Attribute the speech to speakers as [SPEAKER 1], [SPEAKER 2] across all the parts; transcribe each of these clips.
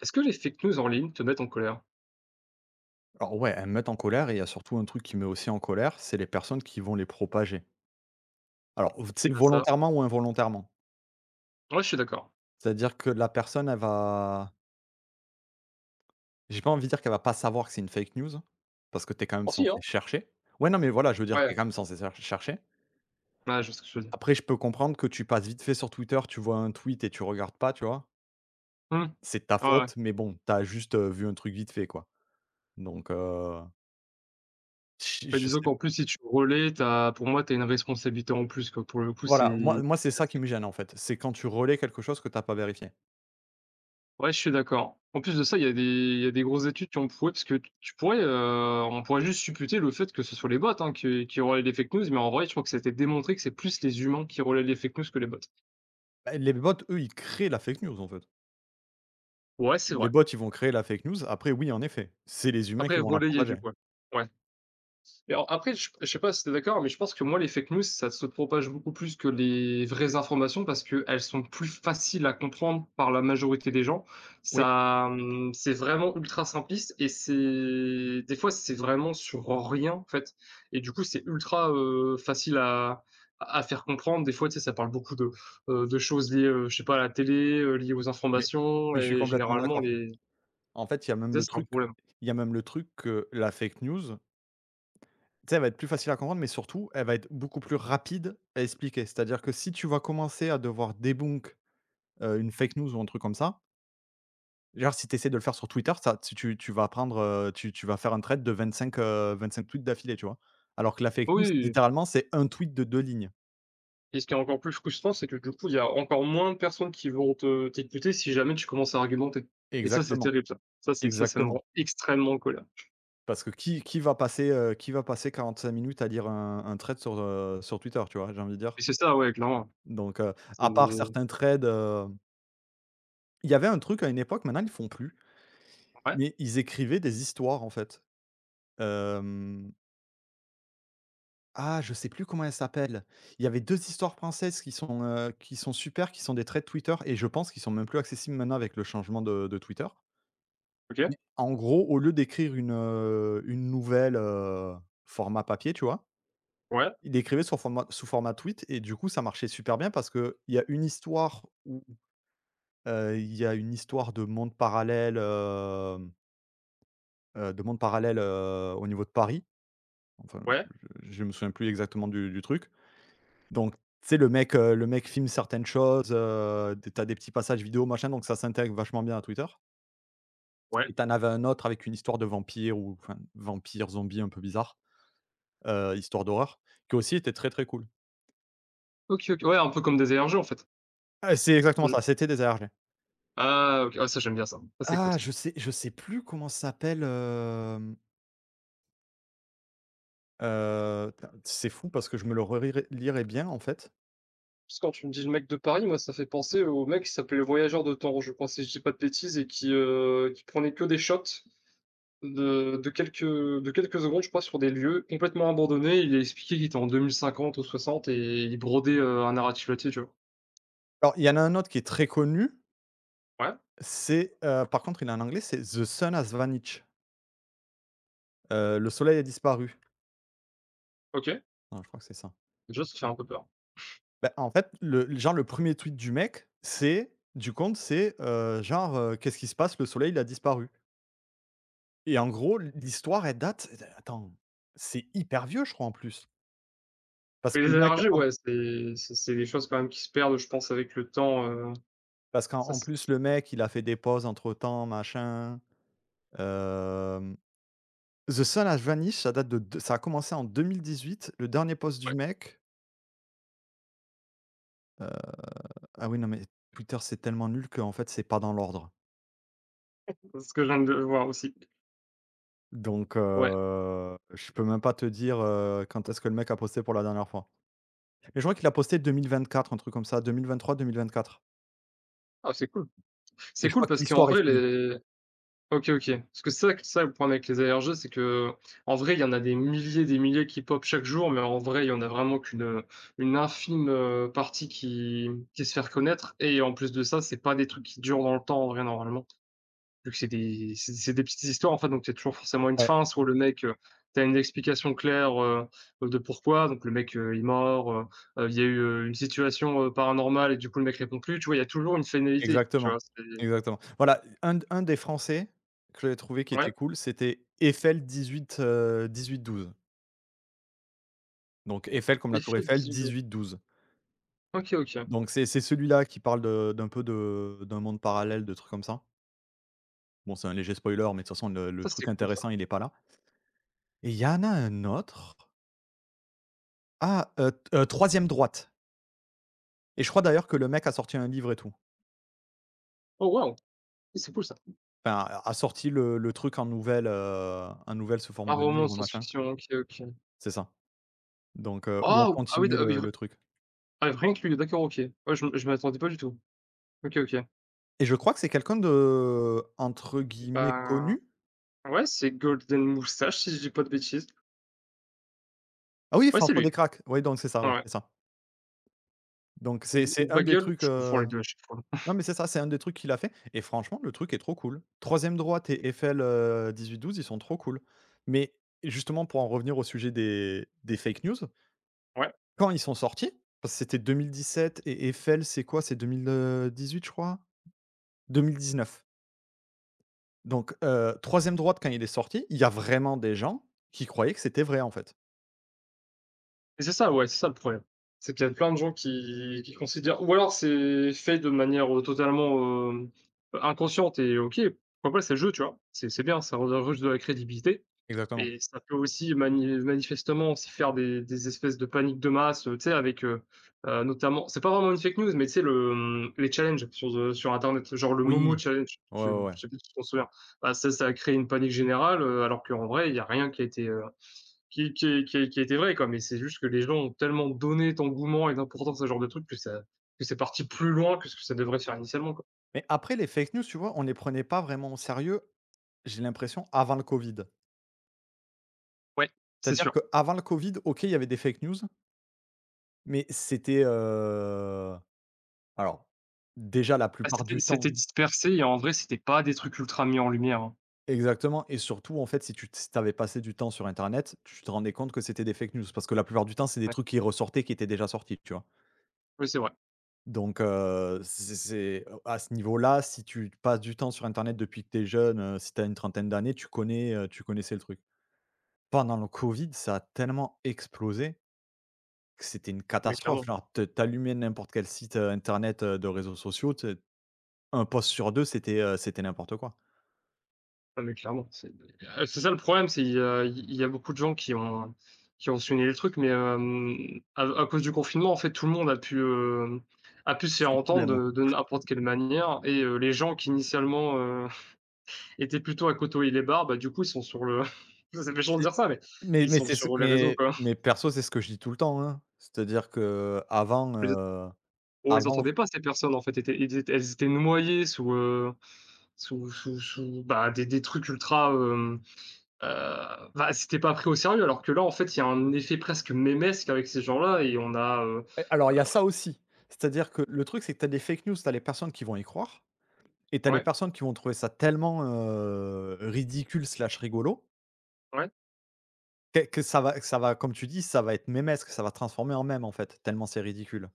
[SPEAKER 1] Est-ce que les fake news en ligne te mettent en colère?
[SPEAKER 2] Alors ouais, elles me mettent en colère et il y a surtout un truc qui me met aussi en colère, c'est les personnes qui vont les propager. Alors, tu sais,
[SPEAKER 1] Ah ça,
[SPEAKER 2] volontairement ou involontairement.
[SPEAKER 1] ouais, je suis d'accord.
[SPEAKER 2] C'est-à-dire que la personne, elle va J'ai pas envie de dire qu'elle va pas savoir que c'est une fake news, parce que t'es quand même
[SPEAKER 1] Ah si, hein.
[SPEAKER 2] censé chercher. Ouais, non, mais voilà, je veux dire, t'es
[SPEAKER 1] Ouais,
[SPEAKER 2] quand même censé chercher.
[SPEAKER 1] ouais, je vois ce que tu veux dire.
[SPEAKER 2] Après, je peux comprendre que tu passes vite fait sur Twitter, tu vois un tweet et tu regardes pas, tu vois.
[SPEAKER 1] Mmh.
[SPEAKER 2] C'est de ta
[SPEAKER 1] Ouais, ouais.
[SPEAKER 2] faute, mais bon, t'as juste vu un truc vite fait, quoi. Donc, euh, je
[SPEAKER 1] Bah,
[SPEAKER 2] je
[SPEAKER 1] disons
[SPEAKER 2] sais.
[SPEAKER 1] qu'en plus si tu relais, t'as, pour moi, tu as une responsabilité en plus quoi. Pour le coup,
[SPEAKER 2] Voilà, moi, c'est
[SPEAKER 1] c'est
[SPEAKER 2] ça qui
[SPEAKER 1] assez
[SPEAKER 2] me gêne, en fait. C'est quand tu relais quelque chose que t'as pas vérifié.
[SPEAKER 1] ouais, je suis d'accord. En plus de ça, il y a des il y a des grosses études qui ont prouvé parce que tu pourrais, on pourrait juste supputer le fait que ce soit les bots, hein, qui relaient les fake news, mais en vrai, je crois que ça a été démontré que c'est plus les humains qui relaient les fake news que les bots.
[SPEAKER 2] Bah, les bots, eux, ils créent la fake news, en fait.
[SPEAKER 1] Ouais, c'est
[SPEAKER 2] Les
[SPEAKER 1] vrai.
[SPEAKER 2] bots, ils vont créer la fake news. Après, oui, en effet, c'est les humains
[SPEAKER 1] Après
[SPEAKER 2] qui vont la
[SPEAKER 1] relayer du
[SPEAKER 2] propager.
[SPEAKER 1] coup, ouais. Ouais. Mais alors après, je sais pas si tu es d'accord, mais je pense que moi, les fake news, ça se propage beaucoup plus que les vraies informations parce qu'elles sont plus faciles à comprendre par la majorité des gens.
[SPEAKER 2] Oui,
[SPEAKER 1] Ça, c'est vraiment ultra simpliste et c'est des fois, c'est vraiment sur rien, en fait et du coup, c'est ultra, facile à faire comprendre. Des fois, tu sais, ça parle beaucoup de choses liées, je sais pas, à la télé, liées aux
[SPEAKER 2] mais
[SPEAKER 1] informations
[SPEAKER 2] mais je suis
[SPEAKER 1] et
[SPEAKER 2] complètement
[SPEAKER 1] généralement
[SPEAKER 2] d'accord.
[SPEAKER 1] les
[SPEAKER 2] En fait, il y a même
[SPEAKER 1] ça,
[SPEAKER 2] le
[SPEAKER 1] c'est un
[SPEAKER 2] truc
[SPEAKER 1] problème.
[SPEAKER 2] il y a même le truc que la fake news, tu sais, elle va être plus facile à comprendre, mais surtout, elle va être beaucoup plus rapide à expliquer. C'est-à-dire que si tu vas commencer à devoir débunk, une fake news ou un truc comme ça, genre, si tu essaies de le faire sur Twitter, ça tu tu tu vas prendre, tu tu vas faire un thread de 25, 25 tweets d'affilée, tu vois? Alors que la fake news,
[SPEAKER 1] Oui.
[SPEAKER 2] littéralement, c'est un tweet de deux lignes.
[SPEAKER 1] Et ce qui est encore plus frustrant, c'est que du coup, il y a encore moins de personnes qui vont te t'écouter si jamais tu commences à argumenter. Et ça, c'est
[SPEAKER 2] Exactement.
[SPEAKER 1] terrible, ça. Ça, c'est ça, ça me
[SPEAKER 2] Exactement.
[SPEAKER 1] rend extrêmement en colère.
[SPEAKER 2] Parce que qui va passer, qui va passer 45 minutes à lire un trade sur, sur Twitter, tu vois? J'ai envie de
[SPEAKER 1] Et
[SPEAKER 2] dire.
[SPEAKER 1] c'est ça, ouais, clairement.
[SPEAKER 2] Donc,
[SPEAKER 1] C'est
[SPEAKER 2] à part certains trades, il y avait un truc à une époque, maintenant ils le font plus,
[SPEAKER 1] ouais,
[SPEAKER 2] mais ils écrivaient des histoires en fait. Hem, ah je sais plus comment elles s'appellent. Il y avait 2 histoires françaises qui sont super, qui sont des trades Twitter et je pense qu'ils sont même plus accessibles maintenant avec le changement de Twitter.
[SPEAKER 1] OK,
[SPEAKER 2] Mais en gros, au lieu d'écrire une nouvelle, format papier, tu vois?
[SPEAKER 1] ouais,
[SPEAKER 2] Il écrivait sur format sous format tweet et du coup, ça marchait super bien parce qu'il y a une histoire où, il y a une histoire de monde parallèle, hem, de monde parallèle, au niveau de Paris. Enfin,
[SPEAKER 1] ouais,
[SPEAKER 2] je me souviens plus exactement du truc. Donc, tu sais, le mec filme certaines choses, tu as des petits passages vidéo, machin, donc ça s'intègre vachement bien à Twitter.
[SPEAKER 1] ouais.
[SPEAKER 2] Et t'en avais un autre avec une histoire de vampire ou enfin, vampire, zombie un peu bizarre, histoire d'horreur, qui aussi était très, très cool.
[SPEAKER 1] OK, OK. Ouais, un peu comme des ARG, en fait.
[SPEAKER 2] Ah, c'est exactement
[SPEAKER 1] Mmh.
[SPEAKER 2] ça, c'était des ARG.
[SPEAKER 1] Ah OK, ah ça, j'aime bien ça. Ça, c'est cool,
[SPEAKER 2] Ah,
[SPEAKER 1] ça.
[SPEAKER 2] je sais plus comment ça s'appelle, tain, c'est fou parce que je me le relirais bien, en fait.
[SPEAKER 1] Parce que quand tu me dis le mec de Paris, moi, ça fait penser au mec qui s'appelait le voyageur de Temps, je crois, si je dis pas de bêtises et qui prenait que des shots de de quelques secondes, je crois, sur des lieux complètement abandonnés. Il a expliqué qu'il était en 2050 ou 60 et il brodait, un narratif là-dessus, tu vois?
[SPEAKER 2] Alors, il y en a un autre qui est très connu,
[SPEAKER 1] Ouais,
[SPEAKER 2] c'est, par contre il est en anglais, c'est The Sun Has Vanished, le soleil a disparu.
[SPEAKER 1] OK.
[SPEAKER 2] Non, je crois que c'est ça.
[SPEAKER 1] Déjà, ça fait un peu peur.
[SPEAKER 2] Bah, en fait, le premier tweet du mec, c'est du compte, c'est, genre, «Qu'est-ce qui se passe? Le soleil, il a disparu» et en gros, l'histoire, elle date attends, c'est hyper vieux, je crois, en plus. Parce
[SPEAKER 1] Mais
[SPEAKER 2] que
[SPEAKER 1] les
[SPEAKER 2] le mec
[SPEAKER 1] allergies,
[SPEAKER 2] en
[SPEAKER 1] ouais, c'est des choses quand même qui se perdent, je pense, avec le temps,
[SPEAKER 2] Parce qu'en
[SPEAKER 1] ça
[SPEAKER 2] en
[SPEAKER 1] c'est tr
[SPEAKER 2] plus, le mec, il a fait des pauses entre-temps, machin, hem, The Sun Has Vanished, ça date de ça a commencé en 2018. Le dernier post
[SPEAKER 1] ouais,
[SPEAKER 2] du mec, heu ah oui, non, mais Twitter, c'est tellement nul qu'en fait, c'est pas dans l'ordre.
[SPEAKER 1] c'est ce que je viens de voir aussi.
[SPEAKER 2] Donc
[SPEAKER 1] Ouais.
[SPEAKER 2] je peux même pas te dire, quand est-ce que le mec a posté pour la dernière fois. Et je crois qu'il a posté 2024, un truc comme ça, 2023-2024.
[SPEAKER 1] Ah, c'est cool. C'est
[SPEAKER 2] Et je
[SPEAKER 1] cool
[SPEAKER 2] crois que
[SPEAKER 1] parce qu'en
[SPEAKER 2] l'histoire
[SPEAKER 1] vrai
[SPEAKER 2] est finie.
[SPEAKER 1] les OK, OK. Parce que c'est ça que ça le problème avec les ARG, c'est que en vrai, il y en a des milliers qui pop chaque jour, mais en vrai, il y en a vraiment qu'une, une infime, partie qui se fait reconnaître et en plus de ça, c'est pas des trucs qui durent dans le temps en vrai normalement, vu que c'est des petites histoires en fait, donc t'as toujours forcément une
[SPEAKER 2] Ouais,
[SPEAKER 1] fin, soit le mec, tu une explication claire, de pourquoi, donc le mec, il est mort, il y a eu, une situation, paranormale et du coup le mec répond plus, tu vois? Il y a toujours une finalité, tu
[SPEAKER 2] exactement,
[SPEAKER 1] vois? C'est
[SPEAKER 2] exactement. Voilà, un des Français que j'avais trouvé qui
[SPEAKER 1] ouais?
[SPEAKER 2] était cool, c'était Eiffel 18-12. Donc Eiffel comme la tour
[SPEAKER 1] Effet
[SPEAKER 2] Eiffel,
[SPEAKER 1] 18 doigts.
[SPEAKER 2] 18-12.
[SPEAKER 1] OK, OK.
[SPEAKER 2] Donc c'est celui-là qui parle de d'un peu de d'un monde parallèle, de trucs comme ça. Bon, c'est un léger spoiler, mais de toute façon le
[SPEAKER 1] Ça, c'est
[SPEAKER 2] truc
[SPEAKER 1] cool ça.
[SPEAKER 2] intéressant, il est pas là. Et il y en a un autre ah, t 3 droite. Et je crois d'ailleurs que le mec a sorti un livre et tout.
[SPEAKER 1] Oh waouh! Oui, c'est cool ça.
[SPEAKER 2] Enfin, a sorti le truc en en nouvelle sous forme
[SPEAKER 1] Un
[SPEAKER 2] de
[SPEAKER 1] roman de
[SPEAKER 2] livre, machin.
[SPEAKER 1] science-fiction, OK, OK.
[SPEAKER 2] C'est ça. Donc ou à
[SPEAKER 1] Oh! Ah oui, d
[SPEAKER 2] continuer
[SPEAKER 1] ah oui,
[SPEAKER 2] le
[SPEAKER 1] r
[SPEAKER 2] le truc.
[SPEAKER 1] ah rien que lui, d'accord, OK. Ouais, je m'y attendais pas du tout. OK, OK.
[SPEAKER 2] Et je crois que c'est quelqu'un de entre guillemets
[SPEAKER 1] Bah,
[SPEAKER 2] «connu».
[SPEAKER 1] ouais, c'est Golden Moustache, si je dis pas de bêtises.
[SPEAKER 2] Ah oui,
[SPEAKER 1] Ouais, c'est
[SPEAKER 2] François
[SPEAKER 1] lui.
[SPEAKER 2] Descraques. Oui, donc c'est ça, ouais,
[SPEAKER 1] Ouais.
[SPEAKER 2] c'est ça. Donc c'est
[SPEAKER 1] Ou
[SPEAKER 2] c'est un des
[SPEAKER 1] Bagel,
[SPEAKER 2] trucs,
[SPEAKER 1] je confonds les 2. À chaque fois.
[SPEAKER 2] non, mais c'est ça, c'est un des trucs qu'il a fait et franchement, le truc est trop cool. Troisième droite et Eiffel, 18-12, ils sont trop cool. Mais justement, pour en revenir au sujet des fake news,
[SPEAKER 1] Ouais.
[SPEAKER 2] quand ils sont sortis, parce que c'était sept et Eiffel, c'est quoi? C'est 2018, je crois? 2019. Donc, 3 droite quand il est sorti, il y a vraiment des gens qui croyaient que c'était vrai, en fait.
[SPEAKER 1] Et c'est ça, ouais, c'est ça le problème. C'est qu'il y a plein de gens qui considèrent ou alors c'est fait de manière, totalement, inconsciente et OK, pourquoi pas, c'est le jeu, tu vois? C'est bien, ça redonne juste de la crédibilité.
[SPEAKER 2] Exactement.
[SPEAKER 1] Et ça peut aussi mani manifestement aussi faire des espèces de paniques de masse, tu sais avec, notamment c'est pas vraiment une fake news, mais tu sais le, mmh, les challenges sur, sur internet, genre le Momo
[SPEAKER 2] Oui.
[SPEAKER 1] challenge,
[SPEAKER 2] Ouais,
[SPEAKER 1] je
[SPEAKER 2] ouais, ouais.
[SPEAKER 1] je sais plus si tu t'en souviens? Bah, ça a créé une panique générale, alors qu'en vrai il y a rien qui a été, qui est qui est qui était vrai quoi, mais c'est juste que les gens ont tellement donné d'engouement et d'importance à ce genre de truc que ça que c'est parti plus loin que ce que ça devrait faire initialement quoi.
[SPEAKER 2] Mais après les fake news, tu vois, on les prenait pas vraiment au sérieux, j'ai l'impression, avant le Covid.
[SPEAKER 1] Ouais, c'est
[SPEAKER 2] C'est-à-dire
[SPEAKER 1] sûr.
[SPEAKER 2] qu'avant le Covid, OK, il y avait des fake news, mais c'était, alors, déjà la
[SPEAKER 1] Bah,
[SPEAKER 2] plupart
[SPEAKER 1] c'était
[SPEAKER 2] du
[SPEAKER 1] c'était
[SPEAKER 2] temps.
[SPEAKER 1] dispersé et en vrai c'était pas des trucs ultra mis en lumière, hein.
[SPEAKER 2] Exactement et surtout, en fait, si tu passé du temps sur internet, tu te rendais compte que c'était des fake news parce que la plupart du temps, c'est des
[SPEAKER 1] Ouais,
[SPEAKER 2] trucs qui ressortaient, qui étaient déjà sortis, tu vois?
[SPEAKER 1] oui c'est vrai.
[SPEAKER 2] Donc c'est à ce niveau-là, si tu passes du temps sur internet depuis que tu es jeune, si tu as une trentaine d'années, tu connais, tu connaissais le truc. Pendant le covid, ça a tellement explosé que c'était une
[SPEAKER 1] Mais
[SPEAKER 2] catastrophe.
[SPEAKER 1] clairement,
[SPEAKER 2] Genre te tu N'importe quel site, internet, de réseaux sociaux, tu sais, post sur 2, c'était, c'était n'importe quoi.
[SPEAKER 1] ah mais clairement, c'est ça le problème, c'est il y a beaucoup de gens qui ont souligné les trucs mais à cause du confinement, en fait, tout le monde a pu se faire
[SPEAKER 2] C'est le
[SPEAKER 1] entendre
[SPEAKER 2] problème.
[SPEAKER 1] de n'importe quelle manière et les gens qui initialement, étaient plutôt à côtoyer les bars, bah, du coup, ils sont sur le c'est méchant de
[SPEAKER 2] C'est
[SPEAKER 1] dire ça, mais ils
[SPEAKER 2] mais
[SPEAKER 1] sont
[SPEAKER 2] c'est ce
[SPEAKER 1] sur les réseaux, quoi.
[SPEAKER 2] mais perso, c'est ce que je dis tout le temps, hein. C'est-à-dire qu'avant,
[SPEAKER 1] Les ent on les
[SPEAKER 2] avant f
[SPEAKER 1] entendait pas ces personnes, en fait, étaient ils étaient elles étaient noyées sous, sous sous sous, bah, des trucs ultra, hem bah, c'était pas pris au sérieux, alors que là, en fait, il y a un effet presque mémesque avec ces gens-là et on a.
[SPEAKER 2] Alors
[SPEAKER 1] Euh,
[SPEAKER 2] il y a ça aussi. C'est-à-dire que le truc, c'est que tu as des fake news, tu as les personnes qui vont y croire et tu as les
[SPEAKER 1] ouais,
[SPEAKER 2] personnes qui vont trouver ça tellement, ridicule/rigolo
[SPEAKER 1] ouais.
[SPEAKER 2] que ça va comme tu dis, ça va être mémesque, ça va transformer en mème, en fait, tellement c'est ridicule.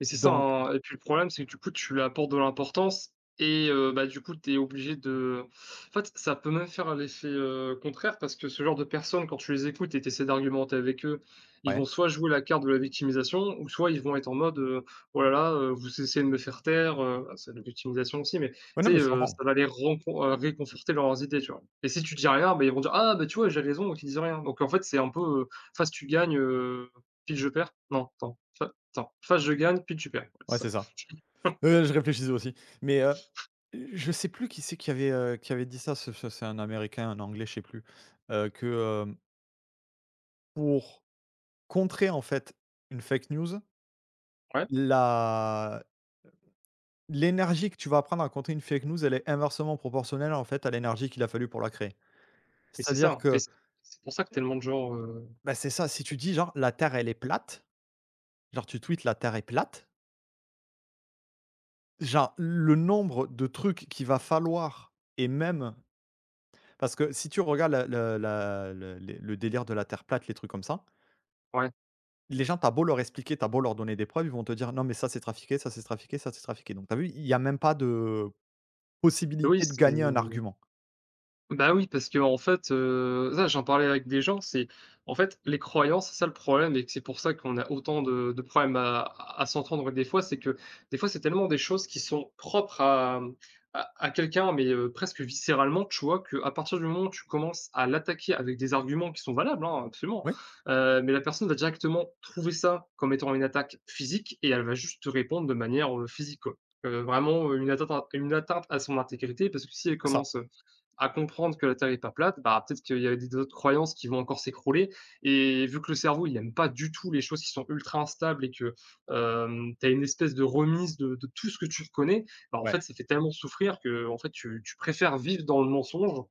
[SPEAKER 1] Et c'est ça,
[SPEAKER 2] Donc
[SPEAKER 1] hein et puis le problème, c'est que du coup, tu lui apportes de l'importance et bah, du coup, tu es obligé de en fait, ça peut même faire l'effet, contraire parce que ce genre de personnes, quand tu les écoutes et tu essaies d'argumenter avec eux, ils
[SPEAKER 2] ouais.
[SPEAKER 1] vont soit jouer la carte de la victimisation ou soit ils vont être en mode, «Oh là là, vous essayez de me faire taire», bah, c'est de la victimisation aussi, mais tu
[SPEAKER 2] Ouais, non,
[SPEAKER 1] sais,
[SPEAKER 2] mais je
[SPEAKER 1] ça
[SPEAKER 2] comprends.
[SPEAKER 1] va les rencon réconforter dans leurs idées, tu vois? Et si tu dis rien, bah, ils vont dire: «Ah, bah, tu vois, j'ai raison», donc ils disent rien. Donc en fait, c'est un peu, face tu gagnes, pile je perds. Non, attends, Attends, soit je gagne, puis tu perds. Ouais,
[SPEAKER 2] Ouais,
[SPEAKER 1] c'est ça.
[SPEAKER 2] c'est ça. Je réfléchissais aussi. Mais, je sais plus qui c'est qui avait dit ça, ce ce c'est un américain, un anglais, je sais plus, heu, que, hem, pour contrer en fait une fake news,
[SPEAKER 1] Ouais,
[SPEAKER 2] la l'énergie que tu vas apprendre à contrer une fake news, elle est inversement proportionnelle en fait à l'énergie qu'il a fallu pour la créer.
[SPEAKER 1] mais c'est
[SPEAKER 2] C'est-à-dire
[SPEAKER 1] ça, hein, et
[SPEAKER 2] que,
[SPEAKER 1] c'est pour ça que tellement de gens,
[SPEAKER 2] bah, c'est ça, si tu dis genre: «La terre elle est plate», genre tu tweets: «La terre est plate», genre le nombre de trucs qu'il va falloir et même. Parce que si tu regardes la la la le les le délire de la terre plate, les trucs comme ça,
[SPEAKER 1] ouais,
[SPEAKER 2] les gens, t'as beau leur expliquer, t'as beau leur donner des preuves, ils vont te dire: «Non mais ça c'est trafiqué, ça c'est trafiqué, ça c'est trafiqué». Donc t'as vu, il y a même pas de
[SPEAKER 1] oui,
[SPEAKER 2] possibilité de
[SPEAKER 1] c'est
[SPEAKER 2] gagner un argument.
[SPEAKER 1] Bah oui, parce que en fait, ça j'en parlais avec des gens, c'est en fait, les croyances, c'est ça le problème et que c'est pour ça qu'on a autant de problèmes à s'entendre des fois, c'est que des fois, c'est tellement des choses qui sont propres à, mmh, à quelqu'un, mais presque viscéralement, tu vois? Qu'à partir du moment où tu commences à l'attaquer avec des arguments qui sont valables, hein, absolument,
[SPEAKER 2] Oui.
[SPEAKER 1] mais la personne va directement trouver ça comme étant une attaque physique et elle va juste te répondre de manière, physique, quoi. Vraiment, une atteinte à son intégrité parce que si elle
[SPEAKER 2] C'est ça.
[SPEAKER 1] commence, à comprendre que la Terre n'est pas plate, bah, peut-être qu'il y a des autres croyances qui vont encore s'écrouler. Et vu que le cerveau, il n'aime pas du tout les choses qui sont ultra instables et que tu as une espèce de remise de, tout ce que tu connais, bah, en
[SPEAKER 2] Ouais,
[SPEAKER 1] fait, ça fait tellement souffrir que en fait, tu préfères vivre dans le mensonge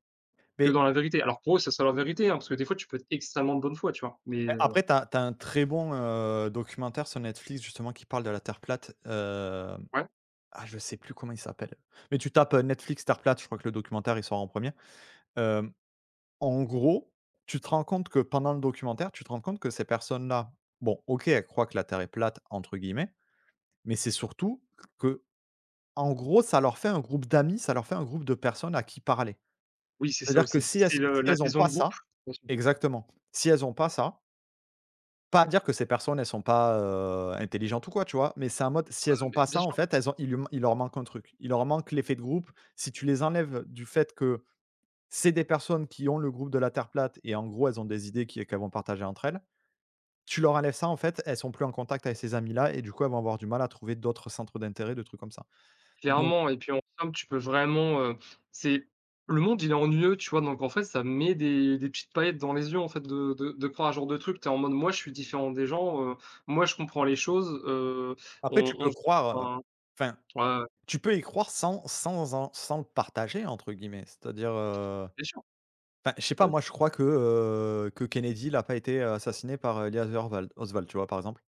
[SPEAKER 1] que
[SPEAKER 2] mais
[SPEAKER 1] dans la vérité. Alors pour eux, ça sera la vérité, hein, parce que des fois, tu peux être extrêmement de bonne foi, tu vois. Mais
[SPEAKER 2] après t'as as un très bon, documentaire sur Netflix justement qui parle de la terre plate,
[SPEAKER 1] ouais,
[SPEAKER 2] ah je sais plus comment il s'appelle, mais tu tapes, Netflix terre plate, je crois que le documentaire il sort en premier. Er En gros, tu te rends compte que pendant le documentaire, tu te rends compte que ces personnes-là, bon, OK, elles croient que la terre est «plate» entre guillemets, mais c'est surtout que, en gros, ça leur fait un groupe d'amis, ça leur fait un groupe de personnes à qui parler.
[SPEAKER 1] oui, c'est ça
[SPEAKER 2] C'est-à-dire que
[SPEAKER 1] aussi.
[SPEAKER 2] si elles
[SPEAKER 1] C'est
[SPEAKER 2] si
[SPEAKER 1] le-
[SPEAKER 2] elles ont
[SPEAKER 1] l'adhésion
[SPEAKER 2] pas
[SPEAKER 1] de groupe.
[SPEAKER 2] ça
[SPEAKER 1] Bien sûr.
[SPEAKER 2] exactement. Si elles ont pas ça, pas à dire que ces personnes, elles sont pas, intelligentes ou quoi, tu vois? Mais c'est un mode, si
[SPEAKER 1] Ah,
[SPEAKER 2] elles ont
[SPEAKER 1] mais
[SPEAKER 2] pas
[SPEAKER 1] bien
[SPEAKER 2] ça, en
[SPEAKER 1] sûr.
[SPEAKER 2] fait, elles ont il lui il leur manque un truc. Il leur manque l'effet de groupe. Si tu les enlèves du fait que c'est des personnes qui ont le groupe de la Terre plate et en gros, elles ont des idées qui qu'elles vont partager entre elles. Tu leur enlèves ça, en fait, elles sont plus en contact avec ces amis-là et du coup, elles vont avoir du mal à trouver d'autres centres d'intérêt, de trucs comme ça. Donc
[SPEAKER 1] Clairement et puis en somme, tu peux vraiment, c'est le monde il est ennuyeux, tu vois? Donc en fait, ça met des petites paillettes dans les yeux, en fait, de croire à ce genre de truc. T'es en mode: «Moi, je suis différent des gens, moi, je comprends les choses,
[SPEAKER 2] après, tu
[SPEAKER 1] on
[SPEAKER 2] peux
[SPEAKER 1] se»
[SPEAKER 2] croire,
[SPEAKER 1] enfin,
[SPEAKER 2] enfin,
[SPEAKER 1] ouais, ouais,
[SPEAKER 2] tu peux y croire sans le «partager» entre guillemets. C'est-à-dire,
[SPEAKER 1] bien sûr,
[SPEAKER 2] enfin, je sais pas,
[SPEAKER 1] ouais,
[SPEAKER 2] moi, je crois que, Kennedy il pas été assassiné par, Lee Osberwald Oswald, tu vois, par exemple.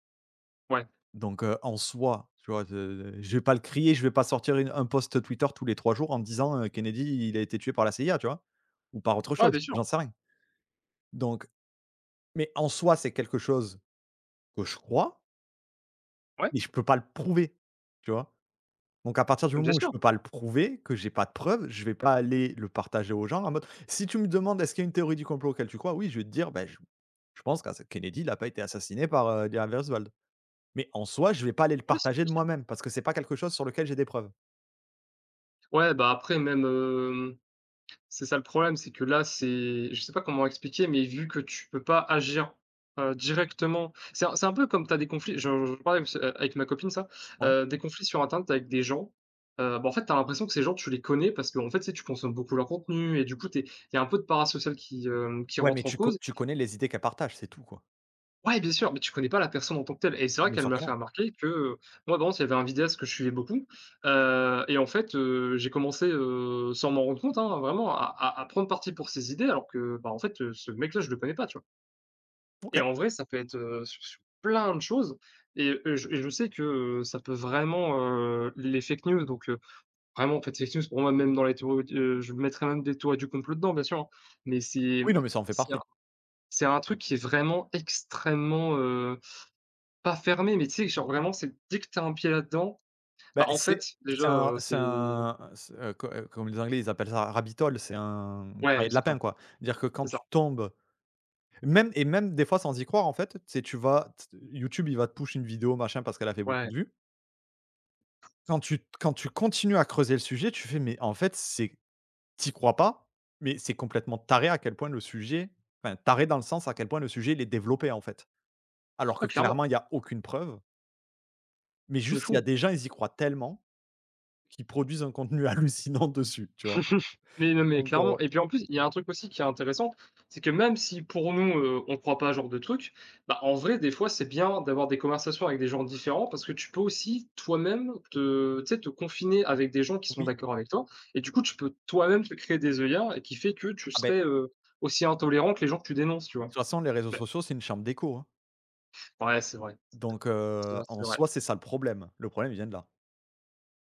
[SPEAKER 1] ouais,
[SPEAKER 2] Donc, en soi, tu vois, je vais pas le crier, je vais pas sortir une un post Twitter tous les 3 jours en me disant, «Kennedy, il a été tué par la CIA», tu vois? Ou par autre
[SPEAKER 1] ouais,
[SPEAKER 2] chose,
[SPEAKER 1] bien sûr,
[SPEAKER 2] j'en sais rien. Donc mais en soi, c'est quelque chose que je crois,
[SPEAKER 1] ouais,
[SPEAKER 2] mais je peux pas le prouver, tu vois? Donc à partir du
[SPEAKER 1] bien
[SPEAKER 2] moment où je
[SPEAKER 1] sûr,
[SPEAKER 2] peux pas le prouver, que j'ai pas de preuves, je vais pas aller le partager aux gens en mode si tu me demandes: «Est-ce qu'il y a une théorie du complot auquel tu crois?» oui, je vais te dire: ben je pense que Kennedy, il pas été assassiné par, Lee Harvey Oswald». Mais en soi, je vais pas aller le
[SPEAKER 1] ouais, c'est
[SPEAKER 2] partager de
[SPEAKER 1] possible.
[SPEAKER 2] moi-même parce que c'est pas quelque chose sur lequel j'ai des preuves.
[SPEAKER 1] Ouais, bah, après même, c'est ça le problème, c'est que là, c'est je sais pas comment expliquer, mais vu que tu peux pas agir, directement, c'est un peu comme tu as des conflits je j'en parlais parce avec ma copine ça,
[SPEAKER 2] Ouais.
[SPEAKER 1] des conflits sur internet avec des gens, bah, en fait, tu as l'impression que ces gens, tu les connais parce que en fait, tu sais, tu consommes beaucoup leur contenu et du coup, tu il y a un peu de parasocial qui, qui
[SPEAKER 2] Ouais, mais
[SPEAKER 1] rentre en cause.
[SPEAKER 2] tu connais les idées qu'elle partage, c'est tout, quoi.
[SPEAKER 1] Ouais, bien sûr, mais tu connais pas la personne en tant que telle et c'est vrai
[SPEAKER 2] Bien
[SPEAKER 1] qu'elle
[SPEAKER 2] sûr
[SPEAKER 1] m'a
[SPEAKER 2] que
[SPEAKER 1] fait
[SPEAKER 2] non.
[SPEAKER 1] remarquer que, moi, par exemple, il y avait un vidéaste que je suivais beaucoup, et en fait, j'ai commencé, sans m'en rendre compte, hein, vraiment à prendre parti pour ses idées alors que, bah, en fait, ce mec-là, je le connais pas, tu vois? Et
[SPEAKER 2] OK.
[SPEAKER 1] en vrai, ça peut être, sur sur plein de choses et je et je sais que, ça peut vraiment, les fake news donc vraiment, en fait, fake news pour moi, même dans les théories d je mettrais même des théories du complot dedans, bien sûr, hein, mais c'est,
[SPEAKER 2] Oui, non,
[SPEAKER 1] mmh,
[SPEAKER 2] mais ça en fait partie.
[SPEAKER 1] c'est un truc qui est vraiment extrêmement, euh, pas fermé, mais tu sais, genre vraiment, c'est dès que tu as un pied là-dedans,
[SPEAKER 2] Bah,
[SPEAKER 1] bah, en fait, déjà,
[SPEAKER 2] c'est un
[SPEAKER 1] c'est
[SPEAKER 2] c'est un c'est, co comme les Anglais, ils appellent ça rabbit hole, c'est un
[SPEAKER 1] ouais,
[SPEAKER 2] pareil de lapin,
[SPEAKER 1] exactement,
[SPEAKER 2] quoi. Dire que quand
[SPEAKER 1] c'est ça.
[SPEAKER 2] tu tombes même et même des fois sans y croire, en fait, c'est tu vas t YouTube, il va te push une vidéo, machin, parce qu'elle a fait beaucoup
[SPEAKER 1] Ouais,
[SPEAKER 2] de vues. Quand tu continues à creuser le sujet, tu fais: «Mais en fait, c'est t'y crois pas, mais c'est complètement taré à quel point le sujet» enfin, taré dans le sens à quel point le sujet, il est développé, en fait. Alors que
[SPEAKER 1] ouais, clairement,
[SPEAKER 2] clairement, il y a aucune preuve. Mais
[SPEAKER 1] de
[SPEAKER 2] juste, il y a
[SPEAKER 1] fou.
[SPEAKER 2] des gens, ils y croient tellement qu'ils produisent un contenu hallucinant dessus, tu vois?
[SPEAKER 1] Mais non, mais
[SPEAKER 2] Donc heu
[SPEAKER 1] clairement et puis en plus, il y a un truc aussi qui est intéressant, c'est que même si pour nous, on croit pas à ce genre de truc, bah, en vrai, des fois, c'est bien d'avoir des conversations avec des gens différents parce que tu peux aussi toi-même te tu sais, te confiner avec des gens qui sont
[SPEAKER 2] Oui,
[SPEAKER 1] d'accord avec toi et du coup, tu peux toi-même te créer des œillères et qui fait que tu
[SPEAKER 2] ah beh,
[SPEAKER 1] serais, aussi intolérant que les gens que tu dénonces, tu
[SPEAKER 2] de toute
[SPEAKER 1] vois?
[SPEAKER 2] façon, les réseaux
[SPEAKER 1] Ouais,
[SPEAKER 2] sociaux, c'est une chambre d'écho, hein.
[SPEAKER 1] ouais, c'est vrai,
[SPEAKER 2] Donc
[SPEAKER 1] c'est vrai, c'est
[SPEAKER 2] en soi,
[SPEAKER 1] vrai.
[SPEAKER 2] c'est ça le problème. Le problème, il vient de là.